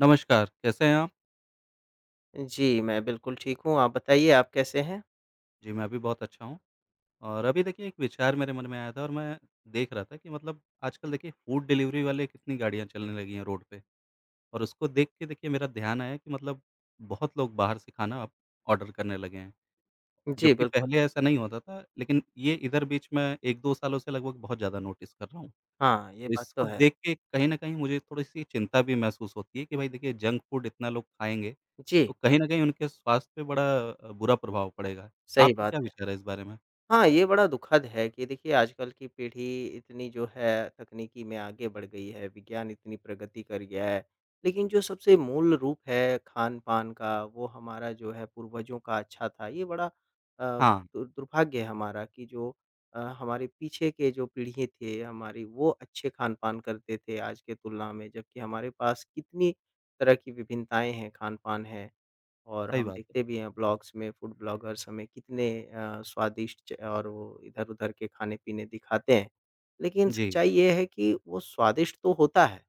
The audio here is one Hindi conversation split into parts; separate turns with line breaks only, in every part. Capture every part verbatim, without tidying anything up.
नमस्कार, कैसे हैं आप?
जी, मैं बिल्कुल ठीक हूँ। आप बताइए आप कैसे हैं?
जी, मैं भी बहुत अच्छा हूँ। और अभी देखिए एक विचार मेरे मन में आया था और मैं देख रहा था कि मतलब आजकल देखिए फूड डिलीवरी वाले कितनी गाड़ियाँ चलने लगी हैं रोड पे। और उसको देख के देखिए मेरा ध्यान आया कि मतलब बहुत लोग बाहर से खाना अब ऑर्डर करने लगे हैं,
जी,
जबकि
बिल्कुल।
पहले ऐसा नहीं होता था लेकिन ये इधर बीच में एक-दो सालों से लगभग बहुत ज़्यादा नोटिस कर रहा हूँ।
हाँ, ये बात तो
इसको
है।
देख के कहीं न कहीं मुझे थोड़ी-सी चिंता भी महसूस होती है कि भाई देखिए जंक फ़ूड इतना लोग खाएँगे, तो
जी,
कहीं न कहीं उनके स्वास्थ्य पे बड़ा अ, बुरा प्रभाव पड़ेगा।
सही
आपका
बात
क्या
है।
विचार है इस बारे में?
हाँ, ये बड़ा दुखद है कि देखिए आजकल की पीढ़ी इतनी जो है तकनीकी में आगे बढ़ गई है, विज्ञान इतनी प्रगति कर गया है। लेकिन जो सबसे मूल रूप है खान-पान का वो हमारा जो है पूर्वजों का अच्छा था। ये बड़ा अ,
हाँ,
दुर दुर्भाग्य है हमारा कि जो अ, हमारे पीछे के जो पीढ़ी थे हमारी वो अच्छे खान-पान करते थे आज के तुलना में। जबकि हमारे पास कितनी तरह की विभिन्नताएँ हैं, खान-पान है। और
सही
हम
बात है।
देखते भी हैं ब्लॉग्स में फूड ब्लॉगर्स हमें कितने अ, स्वादिष्ट और वो इधर-उधर के खाने-पीने दिखाते हैं। लेकिन
जी,
सच्चाई ये है कि वो स्वादिष्ट तो होता है,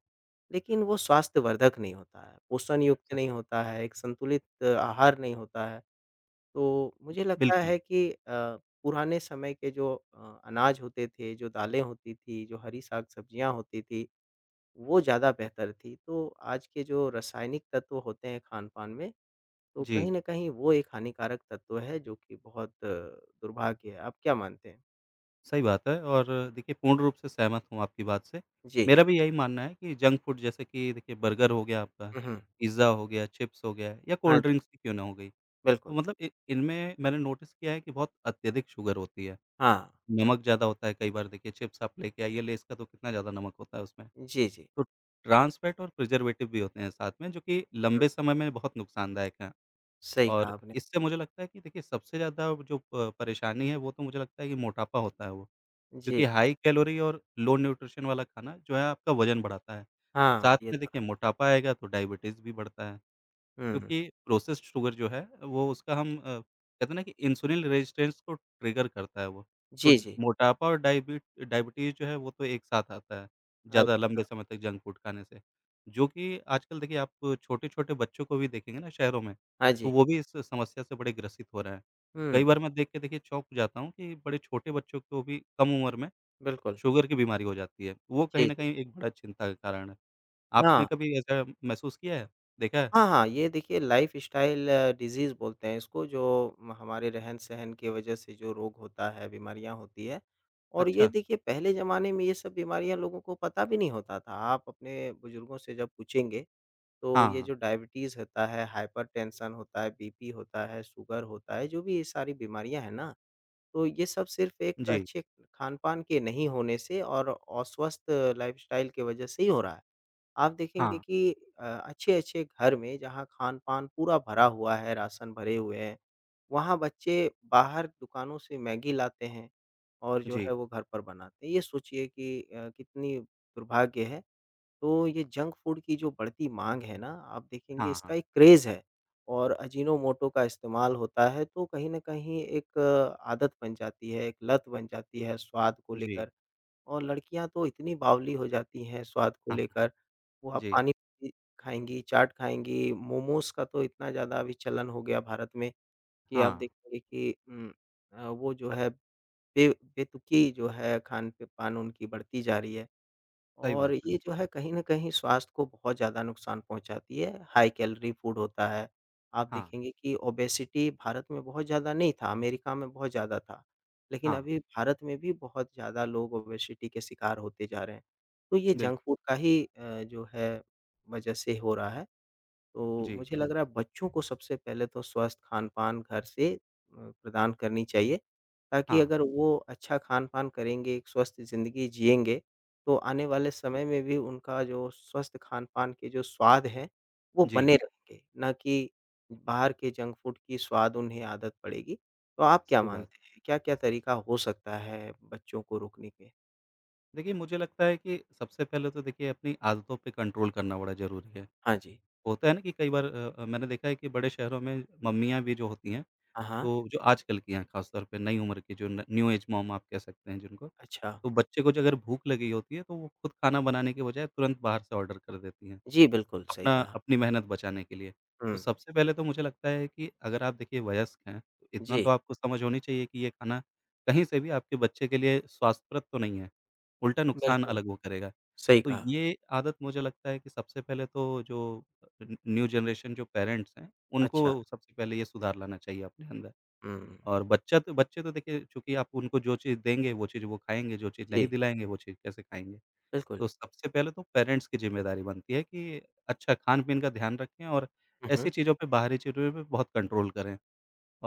लेकिन वो स्वास्थ्यवर्धक नहीं होता है, पोषण
स
युक्त नहीं होता है, एक संतुलित अ, आहार नहीं होता है। तो मुझे लगता
बिल्कुल।
है कि अ, पुराने समय के जो अ, अनाज होते थे, जो दालें होती थी, जो हरी साग-सब्जियाँ होती थी, वो ज़्यादा बेहतर थी। तो आज के जो रासायनिक तत्व होते हैं खान-पान में तो कहीं
जी,
न कहीं वो एक हानिकारक तत्व है जो कि बहुत अ, दुर्भाग्य है। आप क्या मानते हैं?
सही बात है और देखिए पूर्ण रूप से सहमत हूँ आपकी बात से।
जी।
मेरा भी यही मानना है कि जंक फ़ूड जैसे कि देखिए बर्गर हो गया आपका,
हुँ, हुँ।
पिज़्ज़ा हो गया, चिप्स हो गया या
हाँ
कोल्ड
जी,
ड्रिंक्स ही क्यों ना हो गई, तो
बिल्कुल।
मतलब इ इनमें मैंने नोटिस किया है कि बहुत अत्यधिक शुगर होती है।
हाँ।
नमक ज़्यादा होता है कई बार देखिए, चिप्स आप लेके आइए, लेज़ का तो कितना ज़्यादा नमक होता है उसमें।
जी, जी।
तो ट्रांस फैट और प्रिज़र्वेटिव भी होते हैं साथ में, जो कि
हुँ,
लंबे समय में बहुत नुकसानदायक हैं।
सही कहा
और
आपने।
इससे मुझे लगता है कि देखिए सबसे ज़्यादा जो प परेशानी है, वो तो मुझे लगता है कि मोटापा होता है वो।
जी।
क्योंकि हाई कैलोरी और लो न्यूट्रिशन वाला खाना जो है आपका वज़न बढ़ाता है।
हाँ,
साथ
ये
में
तो
देखिए
है।
मोटापा आएगा तो डायबिटीज़ भी बढ़ता है।
हुँ, हुँ।
क्योंकि प्रोसेस्ड शुगर जो है वो उसका हम अ, कहते हैं ना कि इंसुलिन रेजिस्टेंस को ट्रिगर करता है वो। तो
जी, जी।
मोटापा और डायबी डायबिटीज़ जो है वो तो एक साथ आता है, ज़्यादा
अच्छा।
लंबे समय तक जंक फूड खाने से। जो कि आजकल देखिए आप छोटे-छोटे बच्चों को भी देखेंगे ना शहरों में,
हाँ
तो
जी।
वो भी इस समस्या से बड़े ग्रसित हो रहे हैं।
हुँ,
कई बार मैं देख के देखिए चौंक जाता हूँ कि बड़े छोटे बच्चों को भी कम उम्र में
बिल्कुल।
शुगर की बीमारी हो जाती है। वो कहीं
जी,
न
जी।
कहीं एक बड़ा चिंता का कारण है। आपने
हाँ।
कभी ऐसा महसूस किया है? देखा है?
हाँ, हाँ, ये देखिए लाइफ़स्टाइल डिज़ीज़ बोलते हैं इसको जो म हमारे रहन-सहन की वजह से जो रोग होता है, बीमारियाँ होती है और ये
अच्छा।
देखिए पहले ज़माने में ये सब बीमारियाँ लोगों को पता भी नहीं होता था। आप अपने बुज़ुर्गों से जब पूछेंगे, तो
हाँ।
ये
हाँ।
जो डायबिटीज़ होता है, हाइपरटेंशन होता है, बीपी होता है, शुगर होता है, जो भी ये सारी बीमारियाँ हैं ना, तो ये सब सिर्फ़ एक
जी,
अच्छे खान-पान के नहीं होने से और अस्वस्थ लाइफ़स्टाइल की वजह से ही हो रहा है। आप देखेंगे
हाँ,
कि अ, अच्छे-अच्छे घर में जहाँ खान-पान पूरा भरा हुआ है, राशन भरे हुए हैं, वहाँ बच्चे बाहर दुकानों से मैगी लाते हैं और जो
जी,
है वो घर पर बनाते हैं। ये सोचिए कि अ, कितनी दुर्भाग्य है। तो ये जंक फूड की जो बढ़ती माँग है ना, आप देखेंगे
हाँ, हाँ,
इसका एक क्रेज़ है और अजीनोमोटो का इस्तेमाल होता है, तो कहीं न कहीं एक अ, आदत बन जाती है, एक लत बन जाती है स्वाद को
जी,
लेकर। और लड़कियाँ तो इतनी बावली हो जाती हैं स्वाद को
हाँ,
लेकर, वो आप
जी,
पानी-पूरी खाएँगी, चाट खाएँगी, मोमोज़ का तो इतना ज़्यादा अभी चलन हो गया भारत में कि आप
हाँ,
देखेंगे कि उम, अ, वो जो है बे बेतुकी जो है खान-पे-पान उनकी बढ़ती जा रही है।
सही
और
बात है।
ये जो है कहीं न कहीं स्वास्थ्य को बहुत ज़्यादा नुकसान पहुँचाती है, हाई कैलोरी फूड होता है। आप
हाँ,
देखेंगे कि ओबेसिटी भारत में बहुत ज़्यादा नहीं था, अमेरिका में बहुत ज़्यादा था। लेकिन
हाँ,
अभी भारत में भी बहुत ज़्यादा लोग ओबेसिटी के शिकार होते जा रहे हैं। तो ये जंक
बिल्कुल,
फूड का ही अ, जो है वजह से हो रहा है। तो
जी,
मुझे लग रहा है बच्चों को सबसे पहले तो स्वस्थ खान-पान घर से अ, प्रदान करनी चाहिए, ताकि
हाँ,
अगर वो अच्छा खान-पान करेंगे, एक स्वस्थ ज़िंदगी जिएँगे, तो आने वाले समय में भी उनका जो स्वस्थ खान-पान के जो स्वाद हैं, वो
जी,
बने रहेंगे, ना कि बाहर के जंक फूड की स्वाद उन्हें आदत पड़ेगी। तो आप क्या
सही बात।
मानते हैं, क्या-क्या तरीका हो सकता है बच्चों को रोकने के?
देखिए, मुझे लगता है कि सबसे पहले तो देखिए अपनी आदतों पे कंट्रोल करना बड़ा ज़रूरी है।
हाँ जी।
होता है ना कि कई बार अ अ, मैंने देखा है कि बड़े शहरों में मम्मियाँ भी जो होती हैं,
हाँ, हाँ।
तो जो आजकल की हैं ख़ास तौर पे नई उम्र की जो न न्यू एज मॉम आप कह सकते हैं जिनको,
अच्छा।
तो बच्चे को जो अगर भूख लगी होती है, तो वो खुद खाना बनाने के बजाय तुरंत बाहर से ऑर्डर कर देती हैं।
जी, बिल्कुल, सही
अपना
कहा।
अपनी मेहनत बचाने के लिए।
हुँ।
तो सबसे पहले तो मुझे लगता है कि अगर आप देखिए वयस्क हैं, तो इतना तो
जी,
आपको समझ होनी चाहिए कि ये खाना कहीं से भी आपके बच्चे के लिए स्वास्थ्यप्रद तो नहीं है, उल्टा नुकसान
बिल्कुल,
अलग वो करेगा।
सही
तो
कहा।
ये आदत मुझे लगता है कि सबसे पहले तो जो न न्यू जनरेशन जो पेरेंट्स हैं,
अच्छा,
उनको सबसे पहले ये सुधार लाना चाहिए अपने अंदर।
हुँ।
और बच्चा तो बच्चे तो देखिए चूँकि आप उनको जो चीज़ देंगे, वो चीज़ वो खाएँगे, जो चीज़ नहीं
जी,
दिलाएँगे, वो चीज़ कैसे खाएँगे?
बिल्कुल।
तो सबसे पहले तो पेरेंट्स की ज़िम्मेदारी बनती है कि अच्छा खान-पीन का ध्यान रखें और
हुँ,
ऐसी
हुँ।
चीज़ों पे, बाहरी चीज़ों पे बहुत कंट्रोल करें।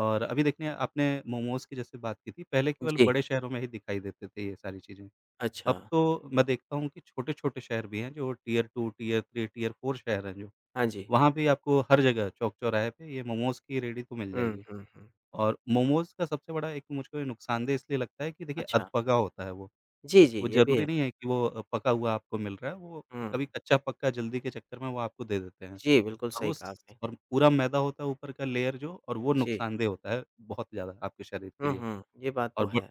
और अभी देखिए आपने मोमोज़ की जैसे बात की थी, पहले केवल
जी,
बड़े शहरों में ही दिखाई देते थे ये सारी चीज़ें।
अच्छा।
अब तो मैं देखता हूँ कि छोटे-छोटे शहर भी हैं जो tier two, tier three, tier four शहर हैं जो,
हाँ जी।
वहाँ भी आपको हर जगह चौक-चौराहे पे ये मोमोज़ की रेडी तो मिल
हुँ,
जाएगी।
हुँ, हुँ।
और मोमोज़ का सबसे बड़ा एक मुझको ये नुकसानदेह इसलिए लगता है कि देखिए
अच्छा।
अधपका होता है वो।
जी, जी,
वो
ये भी है।
ज़रूरी नहीं है कि वो अ, पका हुआ आपको मिल रहा है, वो
हुँ।
कभी कच्चा-पक्का जल्दी के चक्कर में वो आपको दे देते हैं।
जी, बिल्कुल
और
सही
वो
कहा
स
आपने।
और पूरा मैदा होता है ऊपर का लेयर जो और वो
जी।
नुकसानदेह होता है बहुत ज़्यादा आपके शरीर के
हुँ,
लिए।
हुँ। ये बात तो
और ब
है।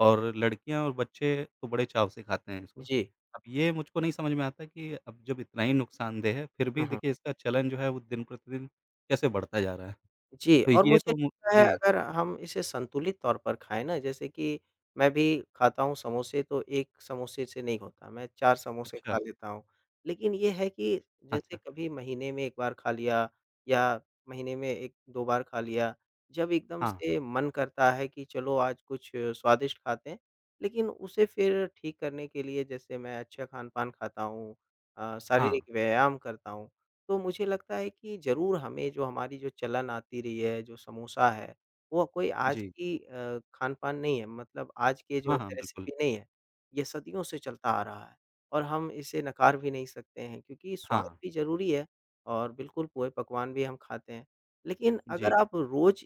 और लड़कियाँ और बच्चे तो बड़े चाव से खाते हैं इसको।
जी।
अब ये मुझको नहीं समझ में आता कि अब जब इतना ही नुकसानदेह है, फिर
हुँ,
भी
हुँ।
देखिए इसका चलन जो है वो दिन-प्रतिदिन कैसे बढ़ता जा रहा है।
जी,
तो
और
ये
मुझे
तो मु
लगता है
जी,
अगर हम इसे संतुलित तौर पर खाएँ ना, जैसे कि मैं भी खाता हूँ समोसे, तो एक समोसे से नहीं होता, मैं चार समोसे खा
अच्छा,
लेता हूँ। लेकिन ये है कि जैसे
अच्छा।
कभी महीने में एक बार खा लिया या महीने में एक दो बार खा लिया, जब एकदम
हाँ,
से मन करता है कि चलो आज कुछ स्वादिष्ट खाते हैं, लेकिन उसे फिर ठीक करने के लिए जैसे मैं अच्छा खान-पान खाता हूँ अ,
हाँ,
शारीरिक व्यायाम करता हूँ, तो मुझे लगता है कि ज़रूर हमें जो हमारी जो चलन आती रही है, जो समोसा है, वो कोई आज
जी।
की अ, खान-पान नहीं है मतलब आज के जो
हाँ, हाँ,
है
बिल्कुल।
रेसिपी नहीं है, ये सदियों से चलता आ रहा है और हम इसे नकार भी नहीं सकते हैं क्योंकि स्वाद
हाँ,
भी ज़रूरी है और बिल्कुल पूरे पकवान भी हम खाते हैं। लेकिन अगर
जी,
आप रोज़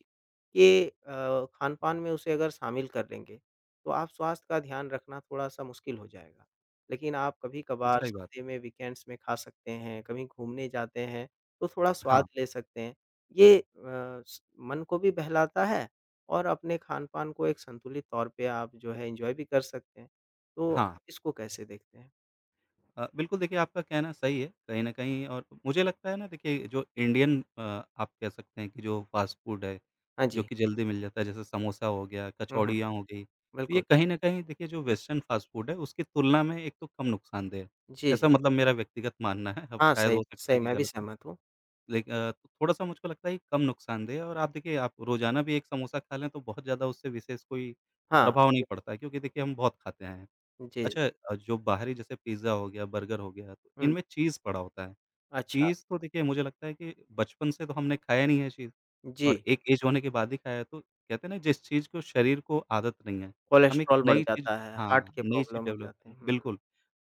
के अ, खान-पान में उसे अगर शामिल कर लेंगे, तो आप स्वास्थ्य का ध्यान रखना थोड़ा-सा मुश्किल हो जाएगा। लेकिन आप कभी-कभार
सही बात
सप्ते
है।
में, वीकेंड्स में खा सकते हैं, कभी घूमने जाते हैं, तो थोड़ा स्वाद
हाँ।
ले सकते हैं। ये अ, स मन को भी बहलाता है और अपने खान-पान को एक संतुलित तौर पे आप जो है एन्जॉय भी कर सकते हैं। तो आप
हाँ।
इसको कैसे देखते हैं?
अ, बिल्कुल देखिए आपका कहना सही है, कहीं न कहीं और मुझे लगता है ना देखिए जो इंडियन अ, आप कह सकते हैं कि जो फ़ास्ट फ़ूड है,
हाँ
जो
जी।
कि जल्दी मिल जाता है जैसे समोसा हो गया,
हुँ, हुँ।
कचौड़ियाँ हो गई, तो ये
बिल्कुल।
कहीं न कहीं देखिए जो वेस्टर्न फ़ास्ट फ़ूड है उसकी तुलना में एक तो कम नुकसानदेह है।
जी,
ऐसा
जी।
मतलब मेरा व्यक्तिगत मानना है, अब
हाँ,
शायद
सही
हो सकता
सही
है कि
मैं भी
गलत हो।
सहमत हूँ।
लेक अ, तो थोड़ा-सा मुझको लगता है कि कम नुकसानदेह है और आप देखिए आप रोज़ाना भी एक समोसा खा लें तो बहुत ज़्यादा उससे विशेष कोई
हाँ,
प्रभाव
ये
नहीं पड़ता है क्योंकि देखिए हम बहुत खाते हैं।
जी।
अच्छा, अ, जो बाहरी जैसे पिज़्ज़ा हो गया, बर्गर हो गया, तो
हुँ,
इनमें चीज़ पड़ा होता है।
अच्छा।
चीज़ तो देखिए मुझे लगता है कि बचपन से तो हमने खाया नहीं है चीज़,
जी,
और एक ऐज होने के बाद ही खाया है, तो कहते हैं ना जिस चीज़ को शरीर को आदत नहीं है, हम एक
कोलेस्ट्रॉल बढ़
नई चीज़
जाता है, हार्ट
हाँ,
के
नई चीज़
प्रॉब्लम हो
डेवलप
जाते हैं।
करनी
हुँ,
बिल्कुल,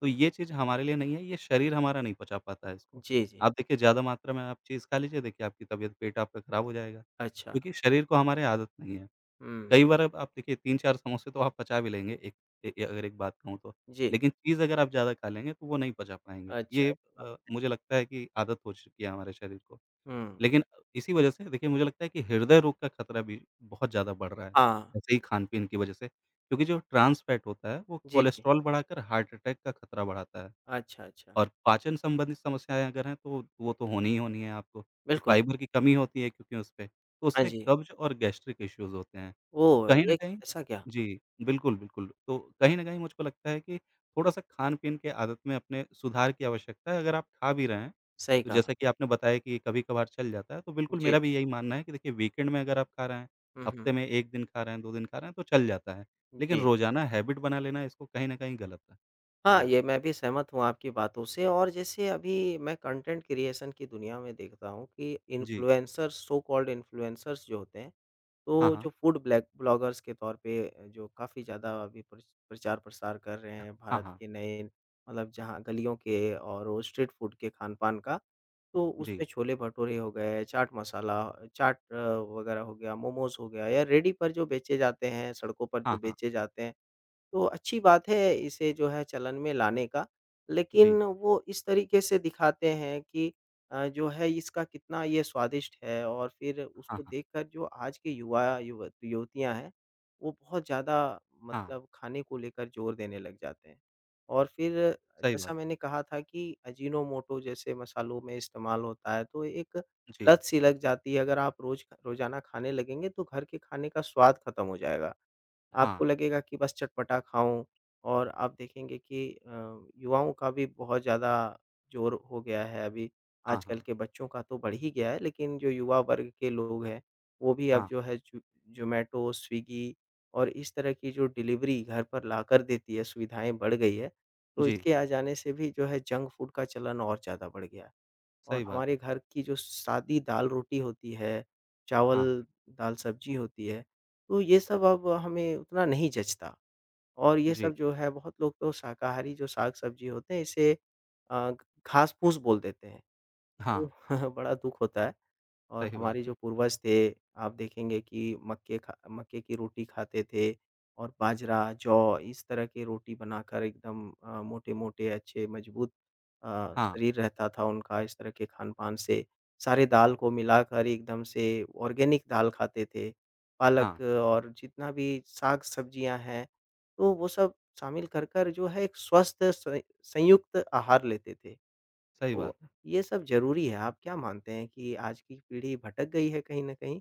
तो ये चीज़ हमारे लिए नहीं है, ये शरीर हमारा नहीं पचा पाता है इसको।
जी, जी।
आप देखिए ज़्यादा मात्रा में आप चीज़ खा लीजिए, देखिए आपकी तबीयत पेट आपका खराब हो जाएगा,
अच्छा।
क्योंकि शरीर को हमारे आदत नहीं है।
हुँ,
कई बार अब आप देखिए तीन-चार समोसे तो आप पचा भी लेंगे एक ए ए अगर एक बात कहूँ तो।
जी।
लेकिन चीज़ अगर आप ज़्यादा खा लेंगे तो वो नहीं पचा पाएँगे।
अच्छा।
ये अ, मुझे लगता है कि आदत हो चुकी है हमारे शरीर को।
हुँ।
लेकिन इसी वजह से देखिए मुझे लगता है कि हृदय रोग का खतरा भी बहुत ज़्यादा बढ़ रहा है,
हाँ,
ऐसे ही खान-पीन की वजह से। क्योंकि जो ट्रांस फैट होता है वो
जी, जी।
कोलेस्ट्रॉल बढ़ाकर हार्ट अटैक का खतरा बढ़ाता है।
अच्छा, अच्छा,
और पाचन संबंधित समस्याएँ अगर हैं तो वो तो होनी ही होनी है आपको, कि
बिल्कुल।
फाइबर की कमी होती है क्योंकि उसपे, तो
हाँ
उससे
जी।
कब्ज़ और गैस्ट्रिक इश्यूज़ होते हैं। तो
ओह!
कहीं न
ये
कहीं
ऐसा क्या?
जी, बिल्कुल, बिल्कुल। तो कहीं न कहीं मुझको लगता है कि थोड़ा-सा खान-पीन के आदत में अपने सुधार की आवश्यकता है, अगर आप खा भी रहे हैं,
सही
तो
कहा।
जैसा कि आपने बताया कि कभी-कभार चल जाता है, तो बिल्कुल
जी।
मेरा भी यही मानना है कि देखिए वीकेंड में अगर आप खा रहे हैं,
हुँ,
हफ्ते
हुँ।
में एक दिन खा रहे हैं, दो दिन खा रहे हैं तो चल जाता है, लेकिन
जी।
रोज़ाना हैबिट बना लेना इसको कहीं न कहीं गलत है।
हाँ,
जी।
ये मैं भी सहमत हूँ आपकी बातों से और जैसे अभी मैं कंटेंट क्रिएशन की दुनिया में देखता हूँ कि
जी।
इन्फ्लुएंसर्स सो कॉल्ड इन्फ्लुएंसर्स जो होते हैं,
हाँ,
तो
हाँ।
जो फूड ब्लैक ब्लॉगर्स के तौर पे अ, जो काफ़ी ज़्यादा अभी प्रच प्रचार-प्रसार कर रहे हैं
हाँ,
भारत
हाँ।
के नए मतलब जहाँ गलियों के और वो स्ट्रीट फूड के खान-पान का, तो
जी।
उसमें छोले-भटूरे हो गए, चाट मसाला, चाट अ, वगैरह हो गया, मोमोज़ हो गया या रेडी पर जो बेचे जाते हैं, सड़कों पर जो
हाँ, हाँ।
बेचे जाते हैं, तो अच्छी बात है इसे जो है चलन में लाने का।
जी।
लेकिन वो इस तरीके से दिखाते हैं कि अ, जो है इसका कितना ये स्वादिष्ट है और फिर
हाँ,
उसको
हाँ।
देखकर जो आज के युवा युवत युवतियाँ हैं, वो बहुत ज़्यादा
हाँ,
मतलब खाने को लेकर ज़ोर देने लग जाते हैं। और फिर
सही
जैसा
बात।
मैंने कहा था कि अजीनोमोटो जैसे मसालों में इस्तेमाल होता है, तो एक
जी।
लत सी लग जाती है। अगर आप रोज़ रोज़ाना खाने लगेंगे तो घर के खाने का स्वाद खत्म हो जाएगा। आपको
हाँ।
लगेगा कि बस चटपटा खाऊँ और आप देखेंगे कि अ, युवाओं का भी बहुत ज़्यादा ज़ोर हो गया है अभी।
हाँ,
आजकल
हाँ।
के बच्चों का तो बढ़ ही गया है लेकिन जो युवा वर्ग के लोग हैं, वो भी अब
हाँ।
जो है ज़ो ज़ोमैटो, स्विगी और इस तरह की जो डिलीवरी घर पर लाकर देती है सुविधाएँ बढ़ गई है। तो
जी,
इसके आ जाने से भी जो है जंक फूड का चलन और ज़्यादा बढ़ गया है। और
सही बात
हमारे
है।
घर की जो सादी दाल-रोटी होती है,
हाँ।
चावल, दाल-सब्जी होती है, तो ये सब अब हमें उतना नहीं जचता और ये
जी।
सब जो है बहुत लोग तो शाकाहारी जो साग-सब्जी होते हैं इसे अ, घास-फूस बोल देते हैं,
हाँ,
तो बड़ा दुःख होता है। और
सही बात
हमारे जो
है।
पूर्वज थे, आप देखेंगे कि मक्के खा मक्के की रोटी खाते थे और बाजरा, जौ इस तरह की रोटी बनाकर एकदम अ, मोटे-मोटे अच्छे मजबूत अ,
हाँ।
शरीर रहता था उनका इस तरह के खान-पान से। सारे दाल को मिलाकर एकदम से ऑर्गेनिक दाल खाते थे,
हाँ,
पालक और जितना भी साग-सब्जियाँ हैं, तो वो सब शामिल कर कर जो है एक स्वस्थ स संयुक्त आहार लेते थे।
सही
तो
बात है।
ये सब ज़रूरी है। आप क्या मानते हैं कि आज की पीढ़ी भटक गई है कहीं न कहीं?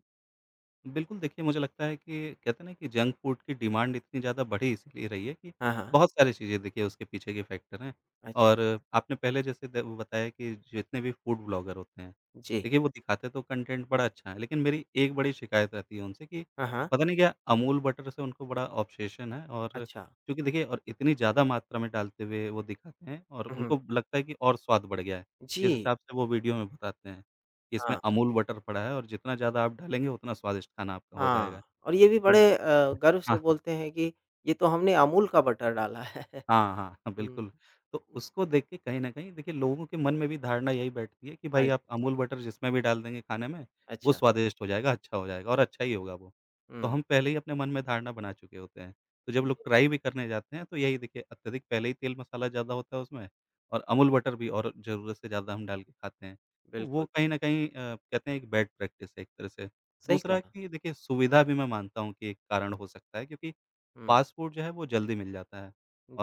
बिल्कुल, देखिए मुझे लगता है कि कहते हैं ना कि जंक फूड की डिमांड इतनी ज़्यादा बढ़ी इसलिए रही है कि
हाँ, हाँ।
बहुत सारी चीज़ें देखिए उसके पीछे के फैक्टर हैं,
अच्छा,
और आपने पहले जैसे द बताया कि जितने भी फूड ब्लॉगर होते हैं,
जी।
देखिए वो दिखाते तो कंटेंट बड़ा अच्छा है, लेकिन मेरी एक बड़ी शिकायत रहती है उनसे कि
हाँ, हाँ।
पता नहीं क्या अमूल बटर से उनको बड़ा ऑब्सेशन है, और
अच्छा।
क्योंकि देखिए और इतनी ज़्यादा मात्रा में डालते हुए वो दिखाते हैं और
हुँ, हुँ।
उनको लगता है कि और स्वाद बढ़ गया है, जिस
जी।
हिसाब से वो वीडियो में बताते हैं। कि इसमें
हाँ,
अमूल बटर पड़ा है और जितना ज़्यादा आप डालेंगे उतना स्वादिष्ट खाना आपका हो
हाँ।
जाएगा।
और ये भी बड़े
हुँ।
अ, गर्व से
हाँ।
बोलते हैं कि ये तो हमने अमूल का बटर डाला है।
हाँ, हाँ, हाँ,
हुँ,
बिल्कुल। तो उसको देख के कहीं न कहीं देखिए लोगों के मन में भी धारणा यही बैठती है कि
हाँ
भाई आप
जी।
अमूल बटर जिसमें भी डाल देंगे खाने में, वो
अच्छा।
स्वादिष्ट हो जाएगा, अच्छा हो जाएगा और अच्छा ही होगा वो। तो
हुँ,
हम पहले ही अपने मन में धारणा बना चुके होते हैं। तो जब लोग
जी।
ट्राई भी करने जाते हैं तो यही देखिए अत्यधिक पहले ही तेल मसाला ज़्यादा होता है उसमें और अमूल बटर भी और ज़रूरत से ज़्यादा हम डाल के खाते हैं। तो वो
बिल्कुल,
कहीं न कहीं अ, कहते हैं एक बैड प्रैक्टिस है एक तरह से।
सही
दूसरा
कहा।
कि देखिए सुविधा भी मैं मानता हूँ कि एक कारण हो सकता है क्योंकि
हुँ,
पासपोर्ट जो है वो जल्दी मिल जाता है,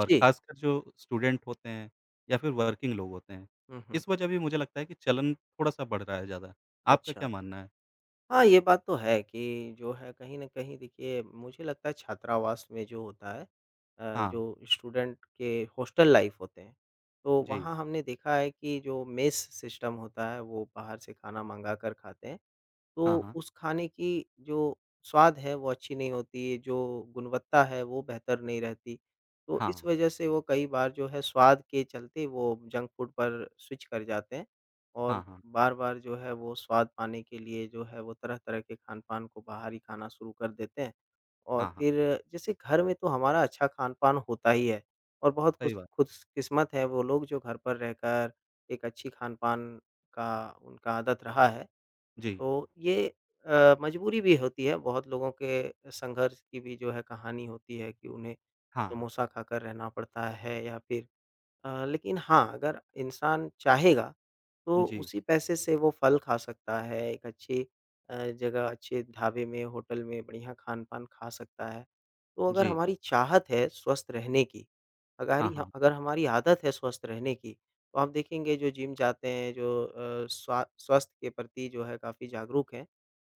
और
जी।
ख़ासकर जो स्टूडेंट होते हैं या फिर वर्किंग लोग होते हैं,
हुँ, हुँ।
इस वजह भी मुझे लगता है कि चलन थोड़ा-सा बढ़ रहा है ज़्यादा। आपका क्या
अच्छा।
मानना है?
हाँ, ये बात तो है कि जो है कहीं न कहीं देखिए मुझे लगता है छात्रावास में जो होता है अ,
हाँ,
जो स्टूडेंट के हॉस्टल लाइफ होते हैं, तो
जी,
वहाँ हमने देखा है कि जो मेस सिस्टम होता है वो बाहर से खाना मँगा कर खाते हैं
हाँ,
तो
हाँ,
उस खाने की जो स्वाद है वो अच्छी नहीं होती, जो गुणवत्ता है वो बेहतर नहीं रहती। तो इस
हाँ,
वजह से वो कई बार जो है स्वाद के चलते वो जंक फूड पर स्विच कर जाते हैं और
हाँ, हाँ,
बार-बार जो है वो स्वाद पाने के लिए जो है वो तरह-तरह के खान-पान को बाहर ही खाना शुरू कर देते हैं। और
हाँ, हाँ,
फिर जैसे घर में तो हमारा अच्छा खान-पान होता ही है और बहुत खुश
सही बात है।
खुशकिस्मत है वो लोग जो घर पर रहकर एक अच्छी खान-पान का उनका आदत रहा है।
जी,
तो ये अ, मजबूरी भी होती है, बहुत लोगों के संघर्ष की भी जो है कहानी होती है कि उन्हें
हाँ, हाँ,
समोसा खाकर रहना पड़ता है या फिर अ, लेकिन हाँ, अगर इंसान चाहेगा, तो
जी,
उसी पैसे से वो फल खा सकता है, एक अच्छी अ, जगह, अच्छे ढाबे में, होटल में बढ़िया खान-पान खा सकता है। तो अगर
जी,
हमारी चाहत है स्वस्थ रहने की,
हाँ,
अगारी ह
हाँ,
अगर हमारी आदत है स्वस्थ रहने की, तो आप देखेंगे जो जिम जाते हैं, जो अ, स्वा स्वास्थ्य के प्रति जो है काफ़ी जागरूक हैं,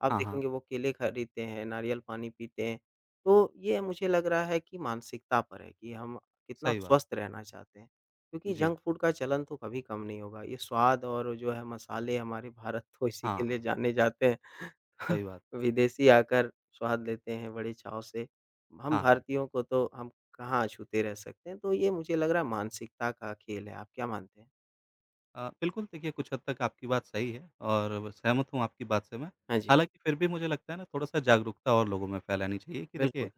आप
हाँ, हाँ,
देखेंगे वो केले खरीदते हैं, नारियल पानी पीते हैं। तो ये मुझे लग रहा है कि मानसिकता पर है कि हम कितना
सही बात।
स्वस्थ रहना चाहते हैं। क्योंकि
जी,
जंक फूड का चलन तो कभी कम नहीं होगा। ये स्वाद और जो है मसाले हमारे भारत तो इसी के
हाँ,
लिए
हाँ,
जाने जाते हैं।
सही बात।
विदेशी आकर स्वाद लेते हैं बड़े चाव से। हम
हाँ, हाँ।
भारतीयों को तो हम कहाँ अछूते रह सकते हैं। तो ये मुझे लग रहा है मानसिकता का खेल है। आप क्या मानते हैं?
अ, बिल्कुल, देखिए कुछ हद तक आपकी बात सही है और सहमत हूँ आपकी बात से मैं।
हाँ जी,
हालाँकि फिर भी मुझे लगता है ना थोड़ा-सा जागरूकता और लोगों में फैलानी चाहिए कि
बिल्कुल,
देखिए,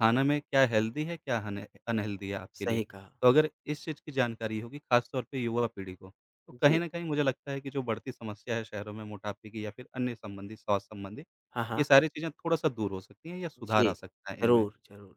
खाना में क्या हेल्दी है, क्या अन अनहेल्दी है आपके लिए।
सही कहा।
तो अगर इस चीज़ की जानकारी होगी ख़ास तौर पे युवा पीढ़ी को, तो
जी।
कहीं न कहीं मुझे लगता है कि जो बढ़ती समस्या है शहरों में मोटापे की या फिर अन्य संबंधी स्वास्थ्य संबंधी,
हाँ,
ये
हाँ।
सारी चीज़ें थोड़ा-सा दूर हो सकती हैं या सुधार
जी,
आ सकता है इनमें।
ज़रूर, ज़रूर।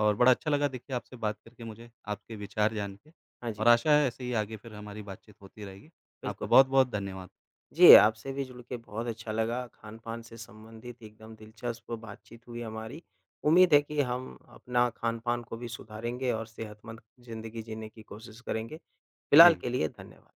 और बड़ा अच्छा लगा देखिए आपसे बात करके मुझे, आपके विचार जान के,
हाँ जी,
और आशा है ऐसे ही आगे फिर हमारी बातचीत होती रहेगी। आपका
बिल्कुल।
बहुत-बहुत धन्यवाद।
जी, आपसे भी जुड़ के बहुत अच्छा लगा। खान-पान से संबंधित एकदम दिलचस्प बातचीत हुई हमारी। उम्मीद है कि हम अपना खान-पान को भी सुधारेंगे और सेहतमंद ज़िंदगी जीने की कोशिश करेंगे।
जी।
फिलहाल के लिए धन्यवाद।